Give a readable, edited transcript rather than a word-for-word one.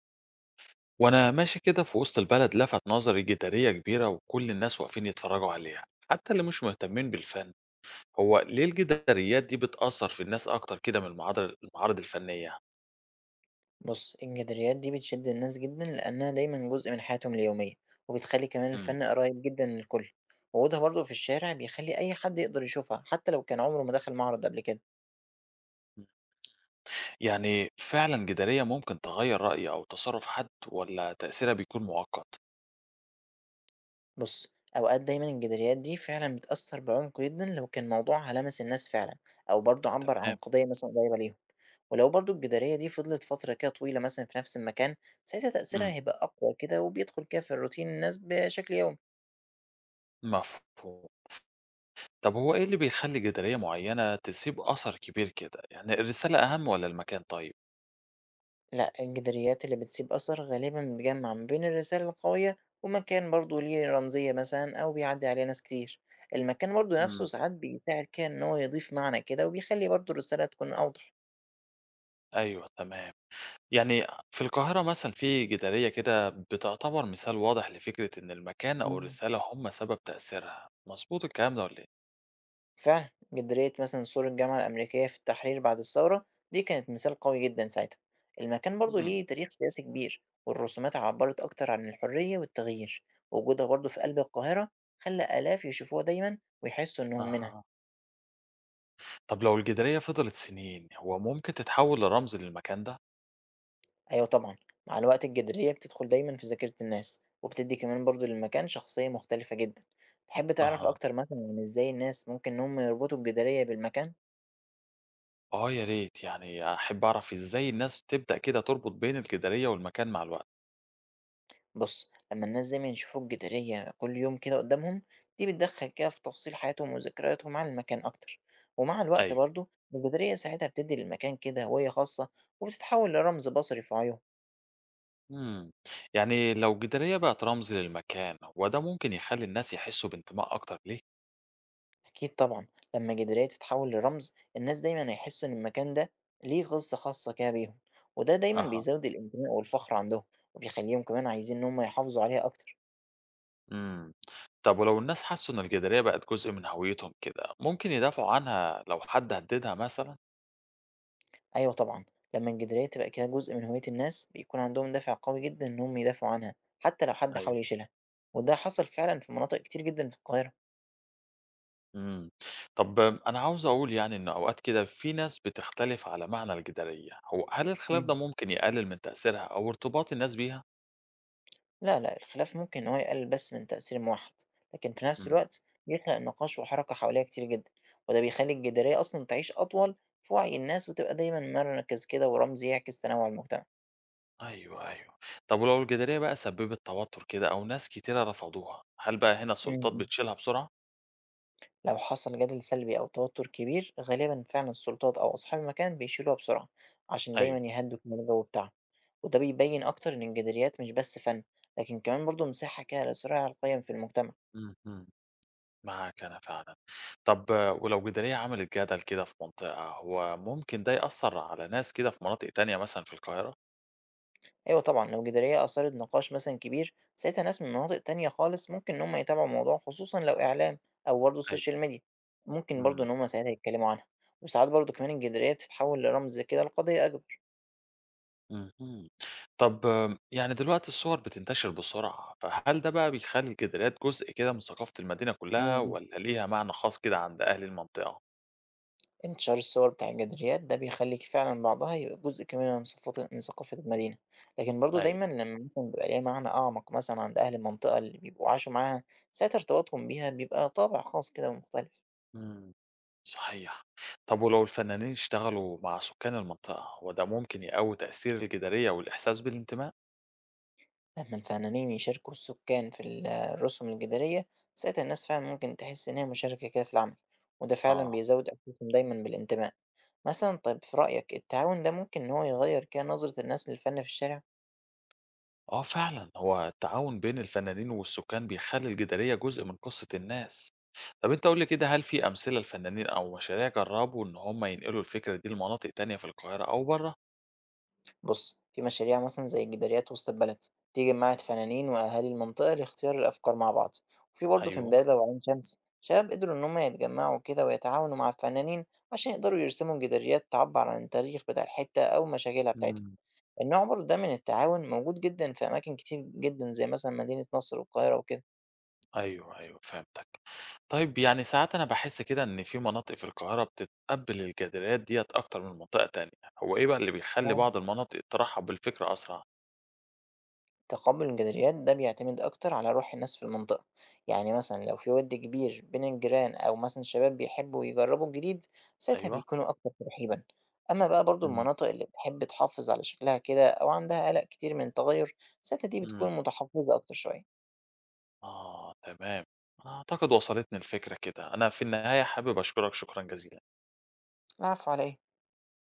وانا ماشي كده في وسط البلد لفت نظري جدارية كبيرة وكل الناس واقفين يتفرجوا عليها حتى اللي مش مهتمين بالفن. هو ليه الجداريات دي بتأثر في الناس اكتر كده من المعارض الفنية؟ بُص، الجداريات دي بتشد الناس جدًا لأنها دايمًا جزء من حياتهم اليومية، وبتخلّي كمان مم. الفن قريب جدًا للكل، وجودها برضه في الشارع بيخلّي أي حد يقدر يشوفها حتى لو كان عمره ما دخل معرض قبل كده. يعني فعلا جدارية ممكن تغير رأي او تصرف حد ولا تأثيرها بيكون مؤقت؟ بُص، أوقات دايمًا الجداريات دي فعلًا بتأثّر بعمق جدًا لو كان موضوعها لَمَس الناس فعلًا، أو برضه عبّر عن تمام. قضية مثلًا قريبة ليهم، ولو برضه الجدارية دي فضلت فترة كده طويلة مثلًا في نفس المكان، ساعتها تأثيرها مم. هيبقى أقوى كده وبيدخل كده في الروتين الناس بشكل يومي. مفهوم. طب هو ايه اللي بيخلي جدارية معينة تسيب اثر كبير كده، يعني الرسالة اهم ولا المكان؟ طيب. لأ، الجداريات اللي بتسيب أثر غالبًا بتجمّع ما بين الرسالة القوية ومكان برضه ليه رمزية مثلًا أو بيعدّي عليه ناس كتير، المكان برضه نفسه مم. ساعات بيساعد كده إن هو يضيف معنى كده وبيخلّي برضه الرسالة تكون أوضح. ايوه تمام. يعني في القاهرة مثلًا في جدارية كده بتعتبر مثال واضح لفكرة إن المكان أو إمم. الرسالة هم سبب تأثيرها، مضبوط الكلام ده والّا إيه؟ فعلًا جدارية مثلًا سور الجامعة الأمريكية في التحرير بعد الثورة دي كانت مثال قوي جدًا ساعتها، المكان برضه إمم، ليه تاريخ سياسي كبير والرسومات عبّرت أكتر عن الحرية والتغيير، وجودها برضه في قلب القاهرة خلّى آلاف يشوفوها دايمًا ويحسّوا إنّهم منها. أها، طب لو الجدارية فضلت سنين هو ممكن تتحول لرمز للمكان ده؟ أيوه طبعًا، مع الوقت الجدرية بتدخل دايمًا في ذاكرة الناس، وبتدي كمان برضه للمكان شخصية مختلفة جدًا، تحب تعرف أها، أكتر مثلًا عن إزاي الناس ممكن إن هم يربطوا الجدرية بالمكان؟ آه يا ريت، يعني أحب أعرف إزاي الناس تبدأ كده تربط بين الجدارية والمكان مع الوقت؟ بُص، لما الناس دايمًا يشوفوا الجدرية كل يوم كده قدامهم، دي بتدخّل كده في تفاصيل حياتهم وذكرياتهم عن المكان أكتر، ومع الوقت أيوه. برضه الجدرية ساعتها بتدي للمكان كده هوية خاصة، وبتتحول لرمز بصري في عيونهم. إمم، يعني لو الجدارية بقت رمز للمكان هو ده ممكن يخلّي الناس يحسّوا بانتماء أكتر ليه؟ أكيد طبعًا، لمّا جدارية تتحول لرمز، الناس دايمًا هيحسوا إن المكان ده ليه غِصّة خاصة كده بيهم، وده دايمًا أها. بيزود الانتماء والفخر عندهم، وبيخلّيهم كمان عايزين إن هم يحافظوا عليها أكتر. إمم. طب ولو الناس حسّوا إن الجدارية بقت جزء من هويتهم كده، ممكن يدافعوا عنها لو حد هدّدها مثلًا؟ أيوه طبعًا، لمّا الجدارية تبقى كده جزء من هوية الناس، بيكون عندهم دافع قوي جدًا إن هم يدافعوا عنها، حتى لو حد أيوه. حاول يشيلها، وده حصل فعلًا في مناطق كتير جدًا في القاهرة. إمم. طب أنا عاوز أقول يعني إن أوقات كده في ناس بتختلف على معنى الجدارية، هو هل الخلاف إمم. ده ممكن يقلل من تأثيرها أو ارتباط الناس بيها؟ لا، الخلاف ممكن إن هو يقلل بس من تأثير الموحد، لكن في نفس إمم. الوقت بيخلق نقاش وحركة حواليها كتير جدا، وده بيخلي الجدارية أصلا تعيش أطول في وعي الناس وتبقى دايما مركز كده ورمز يعكس تنوع المجتمع. أيوه، أيوه. طب ولو الجدارية بقى سبّبت توتر كده أو ناس كتيرة رفضوها، هل بقى هنا السلطات امم بتشيلها بسرعة؟ لو حصل جدل سلبي أو توتر كبير غالبا فعلا السلطات أو أصحاب المكان بيشيلوها بسرعة عشان دايما أيوه. يهدوا كمان الجو بتاعهم، وده بيبين أكتر إن الجداريات مش بس فن، لكن كمان برضه مساحة كده لصراع القيم في المجتمع. إمم، إمم. معاك أنا فعلًا. طب آه، ولو جدلية عملت جدل كده في منطقة، هو ممكن ده يأثّر على ناس كده في مناطق تانية مثلًا في القاهرة؟ أيوه طبعًا، لو جدارية أثارت نقاش مثلًا كبير، ساعتها ناس من مناطق تانية خالص ممكن إن هم يتابعوا الموضوع، خصوصًا لو إعلام أو برضه أيوه. السوشيال ميديا، ممكن برضه إمم. إن هم ساعتها يتكلموا عنها، وساعات برضه كمان الجدارية بتتحول لرمز كده لقضية أكبر. اهم. طب آه، يعني دلوقتي الصور بتنتشر بسرعة، فهل ده بقى بيخلّي الجداليات جزء كده من ثقافة المدينة إمم، كلّها إمم. والّا ليها معنى خاص كده عند أهل المنطقة؟ انتشار الصور بتاع الجداريات ده بيخلي فعلًا بعضها يبقى جزء كمان من ثقافة المدينة، لكن برضه أيوه. دايمًا لما مثلًا بيبقى ليها معنى أعمق مثلًا عند أهل المنطقة اللي بيبقوا عاشوا معاها، ساعتها ارتباطهم بيها بيبقى طابع خاص كده ومختلف. إمم. صحيح. طب ولو الفنانين اشتغلوا مع سكان المنطقة، هو ده ممكن يقوّي تأثير الجدلية والإحساس بالانتماء؟ لما الفنانين يشاركوا السكان في الرسم الجدارية، ساعتها الناس فعلا ممكن تحس إنها مشاركة كده في العمل، وده فعلا آه. بيزود إحساسهم دايما بالانتماء. مثلا طيب في رأيك التعاون ده ممكن إن هو يغير كده نظرة الناس للفن في الشارع؟ آه فعلًا، هو التعاون بين الفنانين والسكان بيخلّي الجدارية جزء من قصة الناس. طب أنت قُل لي كده هل في أمثلة لفنانين أو مشاريع جرّبوا إن هم ينقلوا الفكرة دي لمناطق تانية في القاهرة أو برّه؟ بص، في مشاريع مثلا زي الجداريات وسط البلد دي جمعت فنانين وأهالي المنطقة لاختيار الأفكار مع بعض، برضه في أيوه. إمبابة وعين شمس شباب قدروا إن هما يتجمعوا كده ويتعاونوا مع الفنانين عشان يقدروا يرسموا جداريات تعبر عن التاريخ بتاع الحتة أو مشاكلها بتاعتهم. إمم. النوع برضه ده من التعاون موجود جدًا في أماكن كتير جدًا، زي مثلًا مدينة نصر والقاهرة وكده. أيوه، أيوه فهمتك. طيب يعني ساعات أنا باحس كده إن في مناطق في القاهرة بتتقبّل الجداريات ديّة أكتر من منطقة تانية، هو إيه بقى اللي بيخلّي آه. بعض المناطق ترحّب بالفكرة أسرع؟ تقبُّل الجداريات ده بيعتمد أكتر على روح الناس في المنطقة، يعني مثلًا لو في وِد كبير بين الجيران أو مثلًا الشباب بيحبّوا يجرّبوا الجديد، ساعتها أيوه. بيكونوا أكتر ترحيبًا. أمّا بقى برضه إمم. المناطق اللي بتحب تحافظ على شكلها كده أو عندها قلق كتير من التغيُّر، ساعتها دي إمم. بتكون متحفّظة أكتر شوية. آه تمام، أنا أعتقد وصلتني الفكرة كده، أنا في النهاية حابب أشكرك شكرًا جزيلًا. العفو على إيه؟